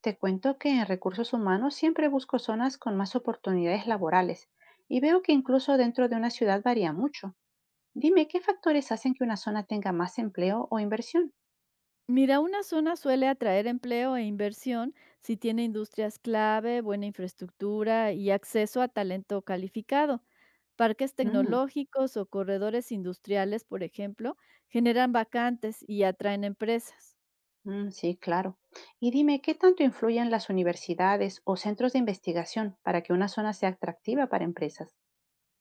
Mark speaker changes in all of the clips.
Speaker 1: Te cuento que en recursos humanos siempre busco zonas con más oportunidades laborales y veo que incluso dentro de una ciudad varía mucho. Dime, ¿qué factores hacen que una zona tenga más empleo o inversión?
Speaker 2: Mira, una zona suele atraer empleo e inversión si tiene industrias clave, buena infraestructura y acceso a talento calificado. Parques
Speaker 1: Mm,
Speaker 2: tecnológicos o corredores industriales, por ejemplo, generan vacantes y atraen empresas.
Speaker 1: mm, sí, claro. Y dime, ¿qué tanto influyen las universidades o centros de investigación para que una zona sea atractiva para empresas?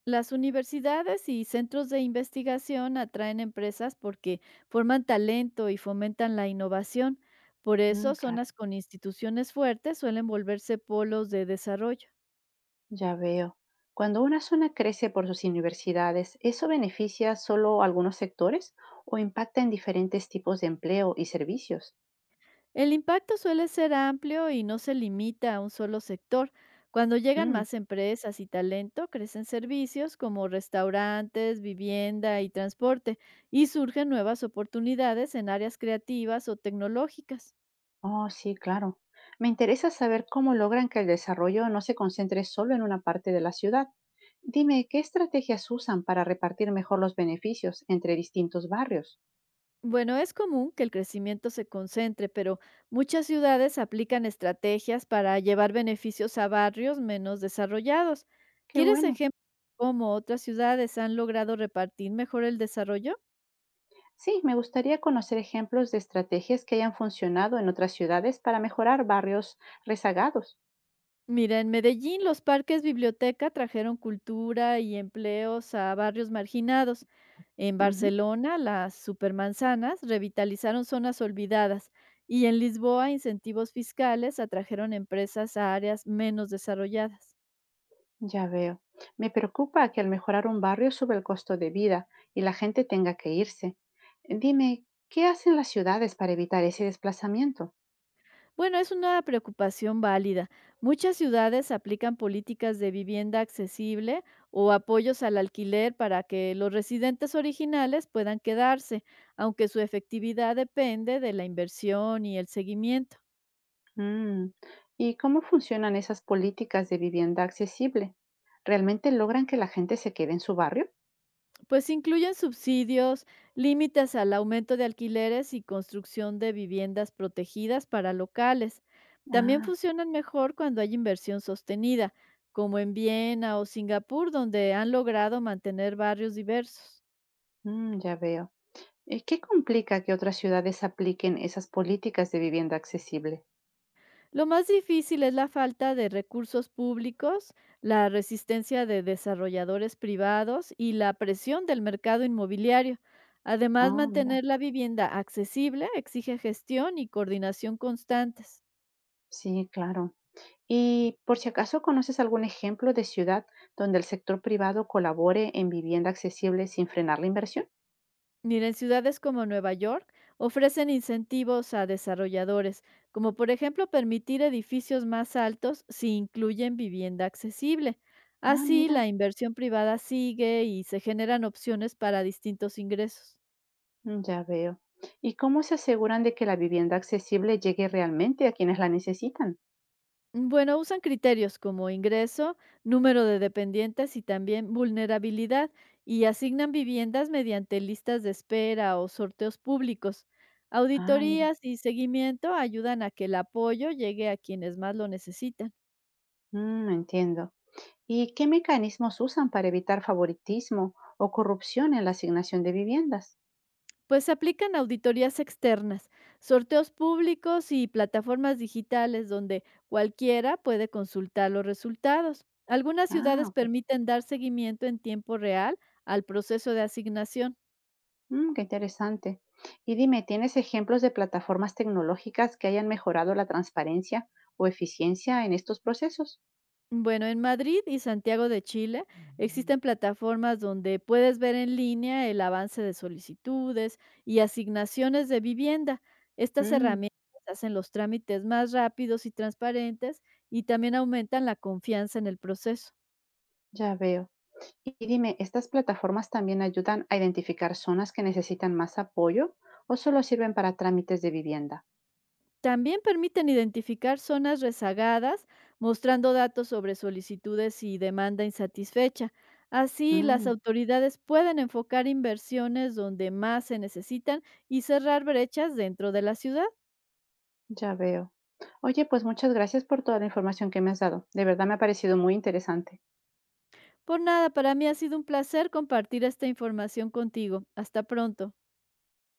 Speaker 2: Las universidades y centros de investigación atraen empresas porque forman talento y fomentan la innovación. Por
Speaker 1: Mm,
Speaker 2: eso,
Speaker 1: claro,
Speaker 2: zonas con instituciones fuertes suelen volverse polos de desarrollo.
Speaker 1: ya veo. Cuando una zona crece por sus universidades, ¿eso beneficia solo a algunos sectores o impacta en diferentes tipos de empleo y servicios?
Speaker 2: El impacto suele ser amplio y no se limita a un solo sector. Cuando llegan
Speaker 1: Mm.
Speaker 2: más empresas y talento, crecen servicios como restaurantes, vivienda y transporte, y surgen nuevas oportunidades en áreas creativas o tecnológicas.
Speaker 1: Oh, sí, claro. Me interesa saber cómo logran que el desarrollo no se concentre solo en una parte de la ciudad. Dime, ¿qué estrategias usan para repartir mejor los beneficios entre distintos barrios?
Speaker 2: Bueno, es común que el crecimiento se concentre, pero muchas ciudades aplican estrategias para llevar beneficios a barrios menos desarrollados.
Speaker 1: Qué
Speaker 2: ¿Quieres
Speaker 1: bueno.
Speaker 2: ejemplos de cómo otras ciudades han logrado repartir mejor el desarrollo?
Speaker 1: Sí, me gustaría conocer ejemplos de estrategias que hayan funcionado en otras ciudades para mejorar barrios rezagados.
Speaker 2: Mira, en Medellín los parques biblioteca trajeron cultura y empleos a barrios marginados. En
Speaker 1: Ujú,
Speaker 2: Barcelona las supermanzanas revitalizaron zonas olvidadas y en Lisboa incentivos fiscales atrajeron empresas a áreas menos desarrolladas.
Speaker 1: ya veo. Me preocupa que al mejorar un barrio sube el costo de vida y la gente tenga que irse. Dime, ¿qué hacen las ciudades para evitar ese desplazamiento?
Speaker 2: Bueno, es una preocupación válida. Muchas ciudades aplican políticas de vivienda accesible o apoyos al alquiler para que los residentes originales puedan quedarse, aunque su efectividad depende de la inversión y el seguimiento.
Speaker 1: Mm. ¿Y cómo funcionan esas políticas de vivienda accesible? ¿Realmente logran que la gente se quede en su barrio?
Speaker 2: Pues incluyen subsidios, límites al aumento de alquileres y construcción de viviendas protegidas para locales. También
Speaker 1: Ah,
Speaker 2: funcionan mejor cuando hay inversión sostenida, como en Viena o Singapur, donde han logrado mantener barrios diversos.
Speaker 1: mm, ya veo. ¿Y qué complica que otras ciudades apliquen esas políticas de vivienda accesible?
Speaker 2: Lo más difícil es la falta de recursos públicos, la resistencia de desarrolladores privados y la presión del mercado inmobiliario. Además,
Speaker 1: Oh, mira,
Speaker 2: mantener la vivienda accesible exige gestión y coordinación constantes.
Speaker 1: sí, claro. Y por si acaso conoces algún ejemplo de ciudad donde el sector privado colabore en vivienda accesible sin frenar la inversión?
Speaker 2: Mira, en ciudades como Nueva York ofrecen incentivos a desarrolladores, como por ejemplo permitir edificios más altos si incluyen vivienda accesible.
Speaker 1: Ah,
Speaker 2: Así
Speaker 1: mira,
Speaker 2: la inversión privada sigue y se generan opciones para distintos ingresos.
Speaker 1: mm, ya veo. ¿Y cómo se aseguran de que la vivienda accesible llegue realmente a quienes la necesitan?
Speaker 2: Bueno, usan criterios como ingreso, número de dependientes y también vulnerabilidad y asignan viviendas mediante listas de espera o sorteos públicos.
Speaker 1: Ah, mira,
Speaker 2: Auditorías y seguimiento ayudan a que el apoyo llegue a quienes más lo necesitan.
Speaker 1: mm, entiendo. ¿Y qué mecanismos usan para evitar favoritismo o corrupción en la asignación de viviendas?
Speaker 2: Pues aplican auditorías externas, sorteos públicos y plataformas digitales donde cualquiera puede consultar los resultados. Algunas
Speaker 1: Ah,
Speaker 2: ciudades
Speaker 1: ok.
Speaker 2: permiten dar seguimiento en tiempo real al proceso de asignación.
Speaker 1: Mm, qué interesante. Y dime, ¿tienes ejemplos de plataformas tecnológicas que hayan mejorado la transparencia o eficiencia en estos procesos?
Speaker 2: Bueno, en Madrid y Santiago de Chile
Speaker 1: Ujú.
Speaker 2: existen plataformas donde puedes ver en línea el avance de solicitudes y asignaciones de vivienda. Estas
Speaker 1: Mm,
Speaker 2: herramientas hacen los trámites más rápidos y transparentes y también aumentan la confianza en el proceso.
Speaker 1: ya veo. Y dime, ¿estas plataformas también ayudan a identificar zonas que necesitan más apoyo o solo sirven para trámites de vivienda?
Speaker 2: También permiten identificar zonas rezagadas, mostrando datos sobre solicitudes y demanda insatisfecha. Así, las
Speaker 1: Mm.
Speaker 2: autoridades pueden enfocar inversiones donde más se necesitan y cerrar brechas dentro de la ciudad.
Speaker 1: Ya veo. Oye, pues muchas gracias por toda la información que me has dado. De verdad me ha parecido muy interesante.
Speaker 2: Por nada, para mí ha sido un placer compartir esta información contigo. Hasta pronto.